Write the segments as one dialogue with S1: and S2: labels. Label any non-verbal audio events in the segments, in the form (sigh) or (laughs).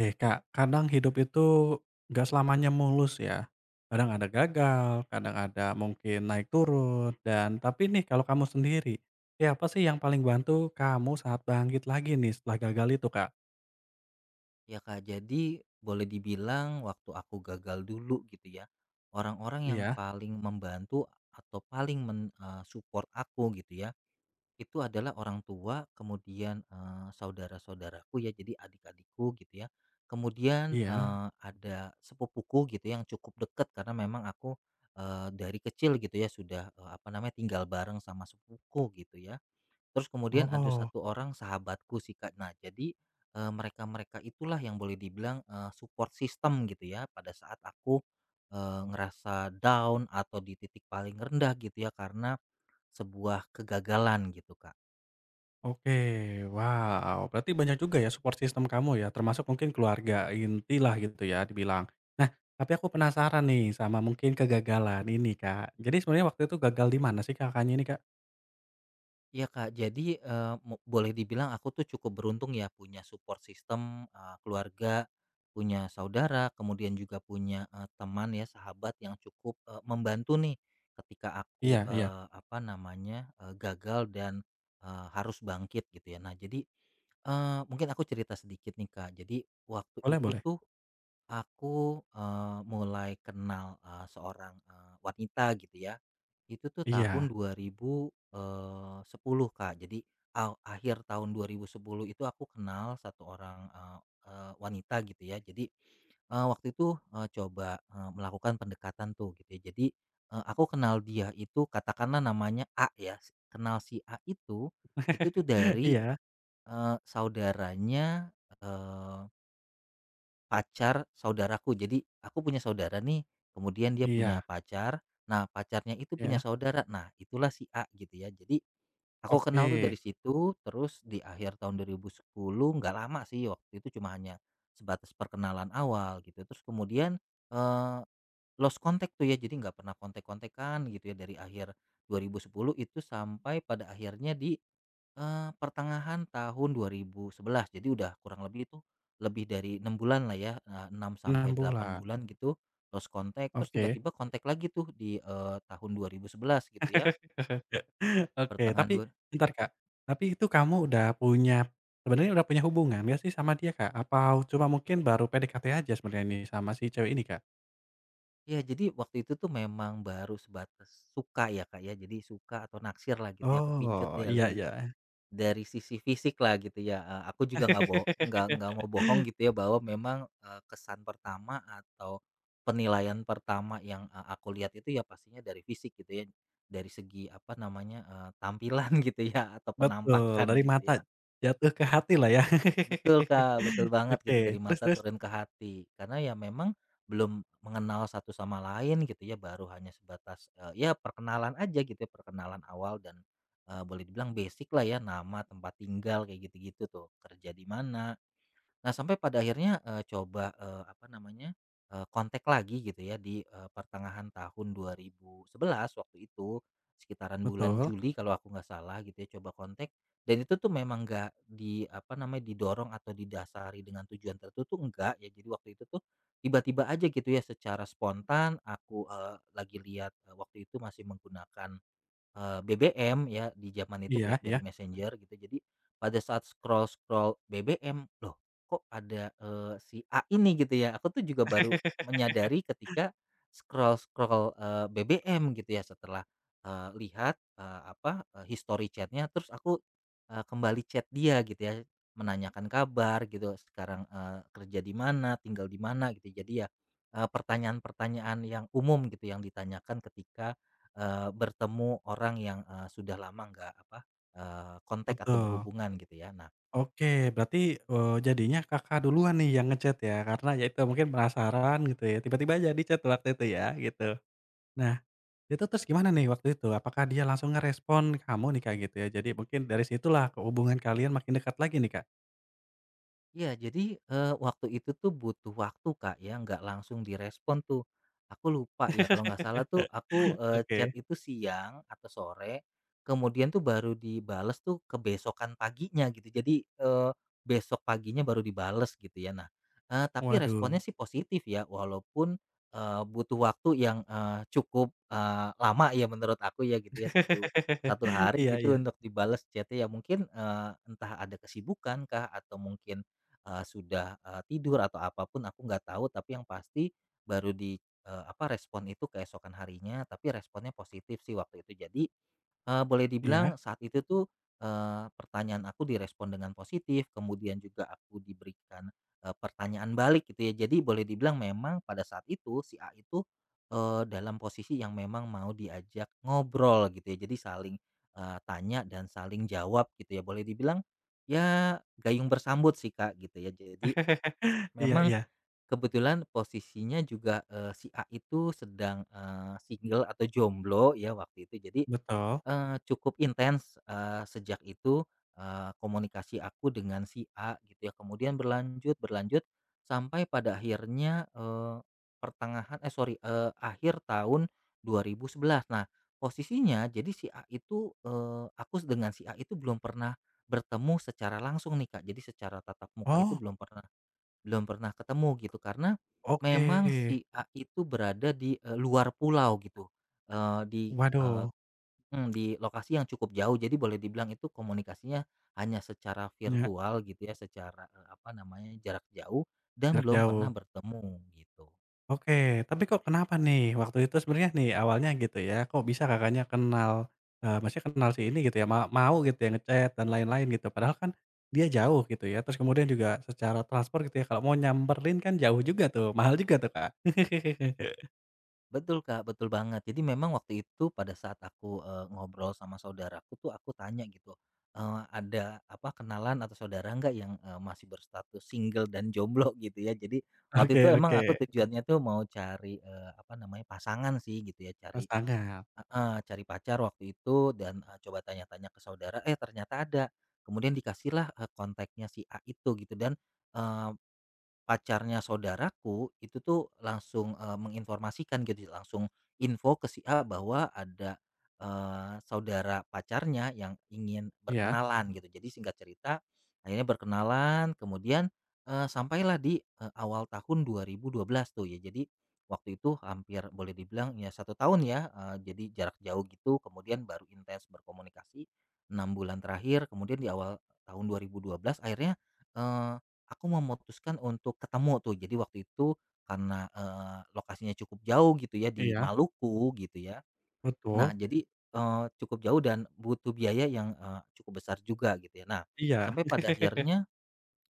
S1: Eh Kak, kadang hidup itu nggak selamanya mulus ya. Kadang ada gagal, kadang ada mungkin naik turun dan tapi nih kalau kamu sendiri, siapa sih yang paling bantu kamu saat bangkit lagi nih setelah gagal itu Kak?
S2: Ya Kak, jadi boleh dibilang waktu aku gagal dulu gitu ya, orang-orang yang
S1: Iya?
S2: paling membantu atau paling support aku gitu ya, itu adalah orang tua, kemudian, saudara-saudaraku ya, jadi adik-adikku gitu ya. Kemudian,
S1: Iya?
S2: ada sepupuku gitu yang cukup dekat karena memang aku, dari kecil gitu ya sudah, apa namanya, tinggal bareng sama sepupuku gitu ya. Terus kemudian ada
S1: Oh,
S2: satu orang sahabatku sih, Kak. Nah, jadi, mereka-mereka itulah yang boleh dibilang, support system gitu ya, pada saat aku, ngerasa down atau di titik paling rendah gitu ya, karena sebuah kegagalan gitu, Kak.
S1: oke. Wow, berarti banyak juga ya support sistem kamu ya, termasuk mungkin keluarga inti lah gitu ya dibilang. Nah, tapi aku penasaran nih sama mungkin kegagalan ini Kak. Jadi sebenarnya waktu itu gagal di mana sih Kakaknya ini Kak?
S2: Iya Kak, jadi, eee, mo boleh dibilang aku tuh cukup beruntung ya punya support system, keluarga, punya saudara, kemudian juga punya, teman ya, sahabat yang cukup, membantu nih ketika aku,
S1: Iya iya,
S2: eee, apa namanya, eee, gagal dan, harus bangkit gitu ya. Nah jadi, mungkin aku cerita sedikit nih Kak, jadi waktu
S1: boleh
S2: itu
S1: boleh.
S2: tuh aku, mulai kenal, seorang, wanita gitu ya, itu tuh tahun
S1: Iya,
S2: dua ribu sepuluh Kak. Jadi akhir tahun 2010 itu aku kenal satu orang, eee eee, wanita gitu ya. Jadi, waktu itu, coba, melakukan pendekatan tuh gitu ya. Jadi, aku kenal dia itu katakanlah namanya A ya, kenal si A itu tuh
S1: (laughs)
S2: dari,
S1: iya
S2: saudaranya, pacar saudaraku. Jadi aku punya saudara nih, kemudian dia
S1: iya
S2: punya pacar. Nah, pacarnya itu punya
S1: iya,
S2: saudara. Nah, itulah si A gitu ya. Jadi aku
S1: oke,
S2: kenal tuh dari situ, terus di akhir tahun 2010, nggak lama sih waktu itu, cuma hanya sebatas perkenalan awal gitu. Terus kemudian eh, lost contact tuh ya. Jadi nggak pernah kontak-kontakan gitu ya dari akhir 2010 itu sampai pada akhirnya di pertengahan tahun 2011, jadi udah kurang lebih itu lebih dari 6 bulan lah ya, 6 sampai
S1: enam
S2: 8
S1: bulan,
S2: bulan gitu lost contact, terus
S1: oke.
S2: tiba-tiba kontak lagi tuh di, tahun 2011 gitu ya,
S1: (laughs) Oke,
S2: pertengahan
S1: tapi
S2: dua,
S1: bentar, Kak, tapi itu kamu udah punya sebenarnya udah punya hubungan nggak sih sama dia, Kak? Apa cuma mungkin baru PDKT aja sebenarnya nih sama si cewek ini, Kak?
S2: ya jadi waktu itu tuh memang baru sebatas suka ya Kak ya, jadi suka atau naksir lah gitu ya, kepincut
S1: Oh, iya
S2: dari
S1: iya,
S2: Sisi fisik lah gitu ya, aku juga nggak bo nggak mau bohong gitu ya bahwa memang, kesan pertama atau penilaian pertama yang, aku lihat itu ya pastinya dari fisik gitu ya, dari segi apa namanya, tampilan (laughs) gitu ya, atau
S1: betul,
S2: penampakan
S1: dari
S2: gitu
S1: mata
S2: ya.
S1: jatuh ke hati lah ya.
S2: Betul, Kak, betul
S1: (laughs)
S2: banget gitu dari
S1: Oke, terus
S2: mata
S1: terus?
S2: turun ke hati. Karena ya memang belum mengenal satu sama lain gitu ya, baru hanya sebatas, ya perkenalan aja gitu ya, perkenalan awal dan, boleh dibilang basic lah ya, nama, tempat tinggal, kayak gitu-gitu tuh, kerja di mana. Nah, sampai pada akhirnya, coba, eee, apa namanya, eee, kontak lagi gitu ya di, pertengahan tahun 2011 waktu itu, sekitaran bulan
S1: Betul,
S2: Juli kalau aku nggak salah gitu ya, coba kontak, dan itu tuh memang nggak di apa namanya, didorong atau didasari dengan tujuan tertentu tuh enggak ya. Jadi waktu itu tuh tiba-tiba aja gitu ya secara spontan aku, lagi lihat, waktu itu masih menggunakan BBM ya, di zaman itu
S1: iya iya,
S2: BlackBerry Messenger gitu. Jadi pada saat scroll-scroll BBM, loh kok ada, si A ini gitu ya, aku tuh juga baru
S1: (laughs)
S2: menyadari ketika scroll-scroll, BBM gitu ya setelah, lihat, history chatnya, terus aku, kembali chat dia gitu ya, menanyakan kabar gitu, sekarang, kerja di mana, tinggal di mana gitu. Jadi ya, pertanyaan-pertanyaan yang umum gitu yang ditanyakan ketika bertemu orang yang, sudah lama nggak apa, kontak atau
S1: betul.
S2: berhubungan gitu ya. Nah,
S1: Oke, berarti, jadinya Kakak duluan nih yang nge-chat ya, karena ya itu mungkin penasaran gitu ya, tiba-tiba aja di-chat waktu itu ya, gitu. Nah, itu terus gimana nih waktu itu? Apakah dia langsung ngerespon kamu nih, Kak, gitu ya? Jadi mungkin dari situlah ke hubungan kalian makin dekat lagi nih, Kak?
S2: iya, jadi, waktu itu tuh butuh waktu, Kak, ya, nggak langsung direspon tuh. Aku lupa ya, kalau nggak salah tuh aku, chat
S1: Oke,
S2: itu siang atau sore, kemudian tuh baru dibales tuh kebesokan paginya gitu. Jadi, besok paginya baru dibales gitu ya. Nah, tapi
S1: waduh.
S2: responnya sih positif ya, walaupun, butuh waktu yang, cukup, lama ya menurut aku ya gitu ya, satu satu
S1: (laughs)
S2: hari
S1: Iya
S2: gitu
S1: iya.
S2: untuk dibales chat ya. Mungkin, entah ada kesibukan kah atau mungkin sudah, tidur atau apapun aku nggak tahu, tapi yang pasti baru di, respon itu keesokan harinya, tapi responnya positif sih waktu itu. Jadi, boleh
S1: Iya.
S2: dibilang saat itu tuh, pertanyaan aku direspon dengan positif, kemudian juga aku diberikan, pertanyaan balik gitu ya. Jadi boleh dibilang memang pada saat itu si A itu, dalam posisi yang memang mau diajak ngobrol gitu ya. Jadi saling, tanya dan saling jawab gitu ya. Boleh dibilang ya, gayung bersambut sih, Kak, gitu ya. Jadi
S1: Iya
S2: memang
S1: iya,
S2: kebetulan posisinya juga, si A itu sedang, single atau jomblo ya waktu itu. Jadi
S1: betul.
S2: Cukup intens, sejak itu, komunikasi aku dengan si A gitu ya, kemudian berlanjut berlanjut sampai pada akhirnya, eee, pertengahan eh sorry, eee, akhir tahun 2011. Nah, posisinya jadi si A itu, aku dengan si A itu belum pernah bertemu secara langsung nih, Kak. Jadi secara tatap muka itu
S1: Oh,
S2: belum pernah ketemu gitu, karena
S1: oke.
S2: memang si A itu berada di, luar pulau gitu, eee, di, eh,
S1: Waduh,
S2: Mmm, di lokasi yang cukup jauh. Jadi boleh dibilang itu komunikasinya hanya secara
S1: hanya
S2: virtual gitu ya, secara, apa namanya, jarak jauh dan
S1: jarak
S2: belum pernah
S1: jauh.
S2: bertemu gitu.
S1: Oke, tapi kok kenapa nih waktu itu sebenarnya nih awalnya gitu ya, kok bisa Kakaknya kenal, maksudnya kenal si ini gitu ya, mau gitu ya ngechat dan lain-lain gitu, padahal kan dia jauh gitu ya, terus kemudian juga secara transport gitu ya, kalau mau nyamperin kan jauh juga tuh, (laughs) mahal juga tuh, Kak. (laughs)
S2: Betul, Kak, betul banget. Jadi memang waktu itu pada saat aku, ngobrol sama saudaraku tuh aku tanya gitu, "Ada apa kenalan atau saudara nggak yang, masih berstatus single dan jomblo?" (laughs) Gitu ya. Jadi waktu
S1: Oke
S2: itu
S1: oke,
S2: emang aku tujuannya tuh mau cari, apa namanya, pasangan sih gitu ya,
S1: pasangan.
S2: Heeh, cari pacar waktu itu dan, coba tanya-tanya ke saudara, eh ternyata ada. Kemudian dikasihlah, kontaknya si A itu gitu dan, pacarnya saudaraku itu tuh langsung, menginformasikan gitu, langsung info ke si A bahwa ada, saudara pacarnya yang ingin
S1: Iya
S2: berkenalan gitu. Jadi singkat cerita akhirnya berkenalan, kemudian, sampailah di, awal tahun 2012 tuh ya. Jadi waktu itu hampir boleh dibilang ya 1 tahun ya, jadi jarak jauh gitu, kemudian baru intens berkomunikasi 6 bulan terakhir, kemudian di awal tahun 2012 akhirnya, aku memutuskan untuk ketemu tuh. Jadi waktu itu karena, lokasinya cukup jauh gitu ya di
S1: iya,
S2: Maluku gitu ya. Nah
S1: betul.
S2: jadi, cukup jauh dan butuh biaya yang, cukup besar juga gitu ya. Nah
S1: Iya
S2: sampai
S1: (laughs)
S2: pada akhirnya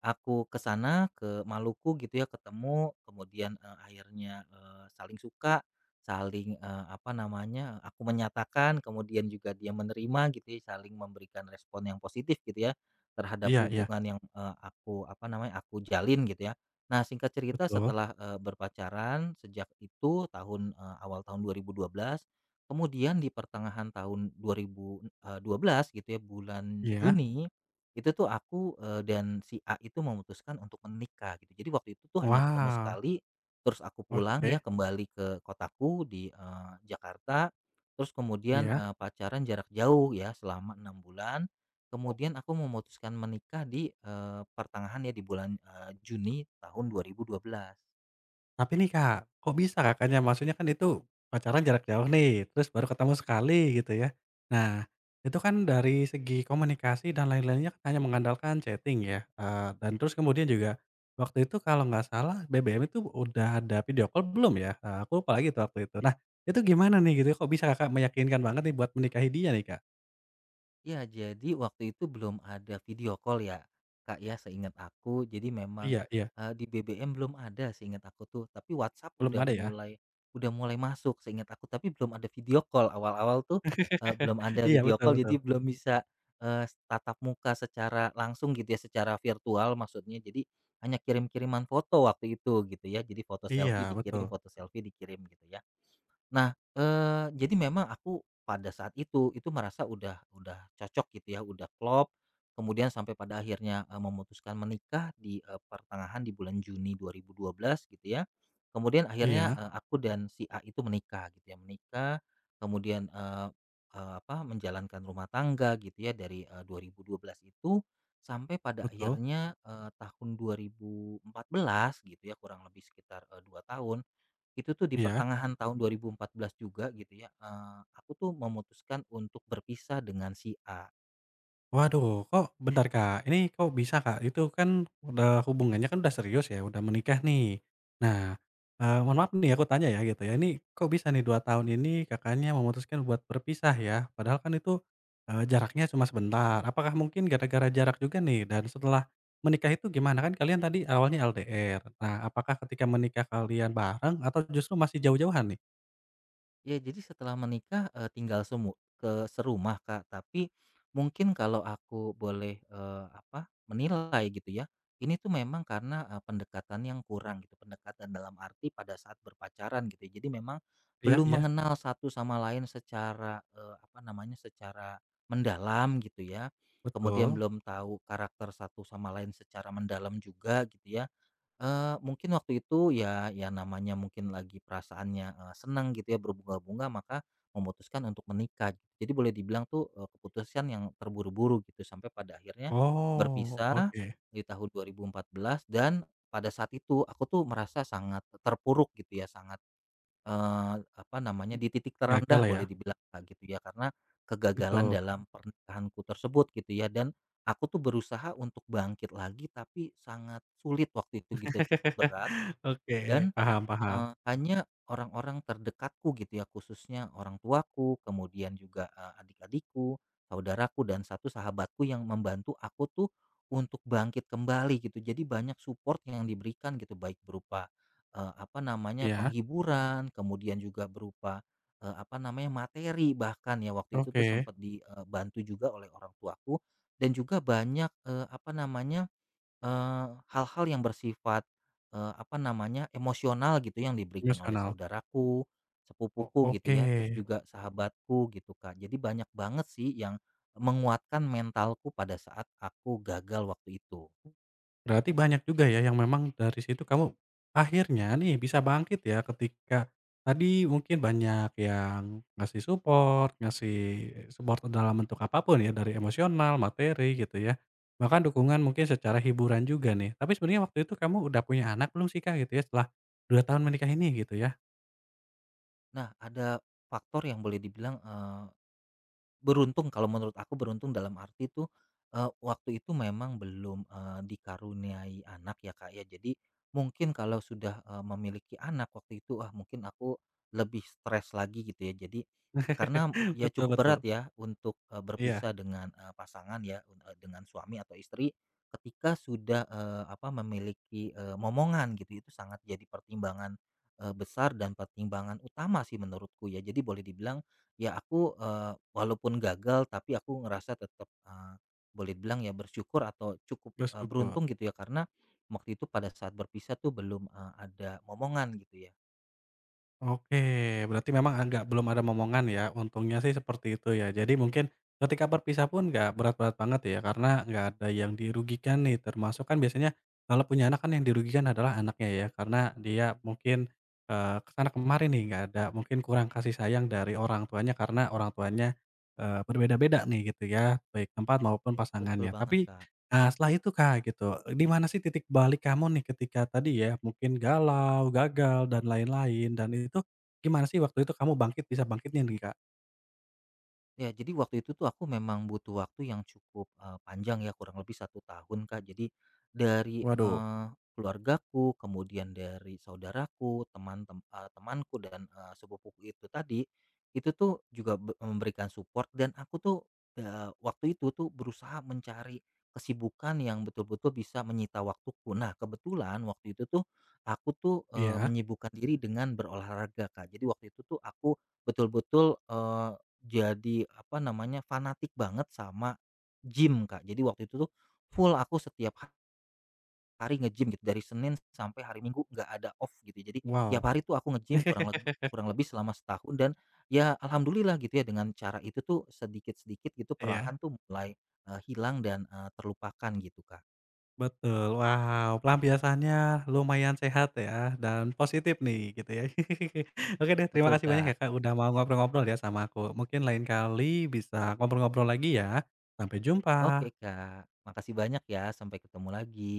S2: aku ke sana, ke Maluku gitu ya, ketemu, kemudian, akhirnya, saling suka, saling, apa namanya, aku menyatakan, kemudian juga dia menerima gitu ya, saling memberikan respon yang positif gitu ya, terhadap
S1: iya iya,
S2: hubungan yang, aku apa namanya, aku jalin gitu ya. Nah singkat cerita
S1: betul.
S2: setelah, berpacaran sejak itu tahun, awal tahun 2012, kemudian di pertengahan tahun 2000, 12 gitu ya, bulan
S1: Iya.
S2: Juni itu tuh aku, dan si A itu memutuskan untuk menikah gitu. Jadi waktu itu tuh hanya ketemu
S1: Wow,
S2: sekali, terus aku pulang
S1: oke,
S2: ya kembali ke kotaku di, Jakarta, terus kemudian,
S1: iya.
S2: pacaran jarak jauh ya selama 6 bulan, kemudian aku memutuskan menikah di, pertengahan ya di bulan, Juni tahun 2012.
S1: Tapi nih Kak, kok bisa Kakaknya, maksudnya kan itu pacaran jarak jauh nih, terus baru ketemu sekali gitu ya. Nah, itu kan dari segi komunikasi dan lain-lainnya kan hanya mengandalkan chatting ya, dan terus kemudian juga waktu itu kalau nggak salah BBM itu udah ada video call belum ya? Aku lupa lagi tuh waktu itu. Nah, itu gimana nih gitu ya, kok bisa Kakak meyakinkan banget nih buat menikahi dia nih Kak?
S2: Ya, jadi waktu itu belum ada video call ya, Kak, ya, seingat aku. Jadi memang,
S1: Iya iya,
S2: di BBM belum ada seingat aku tuh, tapi WhatsApp
S1: belum ada ya?
S2: udah mulai masuk seingat aku, tapi belum ada video call. Awal-awal tuh, belum
S1: (laughs)
S2: ada
S1: Iya
S2: video
S1: betul
S2: call,
S1: betul.
S2: jadi belum bisa, tatap muka secara langsung gitu ya, secara virtual maksudnya. Jadi hanya kirim-kiriman foto waktu itu gitu ya, jadi
S1: Iya betul.
S2: foto selfie dikirim gitu ya. Nah, jadi memang aku pada saat itu merasa udah cocok gitu ya, udah klop, kemudian sampai pada akhirnya, memutuskan menikah di, pertengahan di bulan Juni dua 2012 gitu ya. Kemudian akhirnya,
S1: Iya,
S2: aku dan si A itu menikah gitu ya, menikah kemudian, eee eee, apa, menjalankan rumah tangga gitu ya dari, 2012 itu sampai pada
S1: betul.
S2: akhirnya, tahun 2014 gitu ya, kurang lebih sekitar, 2 tahun, itu tuh di
S1: Iya.
S2: pertengahan tahun 2014 juga gitu ya, aku tuh memutuskan untuk berpisah dengan si A.
S1: Waduh, kok Mhm. bentar, Kak, ini kok bisa, Kak? Itu kan udah hubungannya kan udah serius ya, udah menikah nih. Nah, mohon maaf nih aku tanya ya gitu ya, ini kok bisa nih 2 tahun ini Kakaknya memutuskan buat berpisah ya? Padahal kan itu, jaraknya cuma sebentar. Apakah mungkin gara-gara jarak juga nih dan setelah menikah itu gimana? Kan kalian tadi awalnya LDR. Nah, apakah ketika menikah kalian bareng atau justru masih jauh-jauhan nih?
S2: Ya, jadi setelah menikah, tinggal semu ke serumah, Kak, tapi mungkin kalau aku boleh, menilai gitu ya, ini tuh memang karena, pendekatan yang kurang gitu, pendekatan dalam arti pada saat berpacaran gitu ya. Jadi memang
S1: Iya
S2: belum
S1: iya,
S2: mengenal satu sama lain secara, secara mendalam gitu ya, kemudian
S1: betul.
S2: belum tahu karakter satu sama lain secara mendalam juga gitu ya. Mungkin waktu itu ya namanya mungkin lagi perasaannya, senang gitu ya, berbunga-bunga, maka memutuskan untuk menikah gitu. Jadi boleh dibilang tuh, keputusan yang terburu-buru gitu, sampai pada akhirnya
S1: Oh,
S2: berpisah
S1: oke.
S2: di tahun 2014, dan pada saat itu aku tuh merasa sangat terpuruk gitu ya, sangat
S1: Mhm.
S2: di titik
S1: Gagal
S2: terendah
S1: ya?
S2: boleh dibilang, Kak, gitu ya, karena kegagalan
S1: Betul.
S2: dalam pernikahanku tersebut gitu ya, dan aku tuh berusaha untuk bangkit lagi tapi sangat sulit waktu itu gitu ya, cukup berat.
S1: (laughs) Oke,
S2: Dan,
S1: paham paham.
S2: hanya orang-orang terdekatku gitu ya, khususnya orang tuaku, kemudian juga, adik-adikku, saudaraku, dan satu sahabatku yang membantu aku tuh untuk bangkit kembali gitu. Jadi banyak support yang diberikan gitu, baik berupa,
S1: Iya,
S2: penghiburan, kemudian juga berupa, materi, bahkan ya waktu itu tuh
S1: oke,
S2: sempat dibantu juga oleh orang tuaku, dan juga banyak, eee, apa namanya Eee, hal-hal yang bersifat, emosional gitu yang diberikan oleh
S1: emosional.
S2: saudaraku, sepupuku gitu ya, terus
S1: Oke,
S2: juga sahabatku gitu, Kak. Jadi banyak banget sih yang menguatkan mentalku pada saat aku gagal waktu itu.
S1: berarti banyak juga ya yang memang dari situ kamu akhirnya nih bisa bangkit ya ketika tadi mungkin banyak yang ngasih support dalam bentuk apapun ya, dari emosional, materi gitu ya, bahkan dukungan mungkin secara hiburan juga nih. Tapi sebenarnya waktu itu kamu udah punya anak belum sih, Kak, gitu ya, setelah 2 tahun menikah ini gitu ya?
S2: Nah, ada faktor yang boleh dibilang, eh, beruntung, kalau menurut aku beruntung dalam arti tuh, waktu itu memang belum, dikaruniai anak ya, Kak, ya. Jadi mungkin kalau sudah, memiliki anak waktu itu, mungkin aku lebih stres lagi gitu ya. Jadi
S1: (laughs)
S2: karena ya
S1: Betul
S2: cukup
S1: betul.
S2: berat ya untuk,
S1: Iya,
S2: berpisah dengan, pasangan ya, dengan suami atau istri ketika sudah, memiliki, momongan gitu. Itu sangat jadi pertimbangan, besar dan pertimbangan utama sih menurutku ya. Jadi boleh dibilang ya aku, walaupun gagal tapi aku ngerasa tetap, boleh bilang ya bersyukur atau cukup,
S1: bersyukur.
S2: beruntung gitu ya karena waktu itu pada saat berpisah tuh belum, ada momongan gitu ya.
S1: Oke, berarti memang agak belum ada momongan ya, untungnya sih seperti itu ya. Jadi mungkin ketika berpisah pun nggak berat-berat banget ya, karena nggak ada yang dirugikan nih, termasuk kan biasanya kalau punya anak kan yang dirugikan adalah anaknya ya, karena dia mungkin ke sana kemari nih, nggak ada mungkin kurang kasih sayang dari orang tuanya karena orang tuanya, berbeda-beda nih gitu ya, baik tempat maupun
S2: Betul
S1: pasangannya.
S2: banget,
S1: Tapi
S2: Kak.
S1: Nah, setelah itu, Kak, gitu, di mana sih titik balik kamu nih ketika tadi ya mungkin galau, gagal, dan lain-lain, dan itu gimana sih waktu itu kamu bangkit bisa bangkitnya nih, Kak?
S2: Ya, jadi waktu itu tuh aku memang butuh waktu yang cukup, panjang ya, kurang lebih 1 tahun, Kak. Jadi dari,
S1: Waduh,
S2: keluargaku, kemudian dari saudaraku, temanku dan, sepupuku itu tadi, itu tuh juga memberikan support, dan aku tuh, waktu itu tuh berusaha mencari kesibukan yang betul-betul bisa menyita waktuku. Nah, kebetulan waktu itu tuh aku tuh,
S1: iya,
S2: menyibukkan diri dengan berolahraga, Kak. Jadi waktu itu tuh aku betul-betul, jadi apa namanya, fanatik banget sama gym, Kak. Jadi waktu itu tuh full aku setiap hari nge-gym gitu dari Senin sampai hari Minggu nggak ada off gitu ya. Jadi tiap
S1: wow.
S2: hari tuh aku nge-gym
S1: (laughs)
S2: kurang lebih selama setahun, dan ya alhamdulillah gitu ya dengan cara itu tuh sedikit-sedikit gitu
S1: Iya,
S2: perlahan tuh mulai hilang dan terlupakan gitu, Kak.
S1: betul. Wow, pelampiasannya lumayan sehat ya dan positif nih gitu ya. (laughs) Oke deh, terima
S2: Betul,
S1: kasih banyak
S2: Kak.
S1: ya, Kak, udah mau ngobrol-ngobrol ya sama aku. Mungkin lain kali bisa ngobrol-ngobrol lagi ya. Sampai
S2: Oke,
S1: jumpa.
S2: Kak. Makasih banyak ya. Sampai ketemu lagi.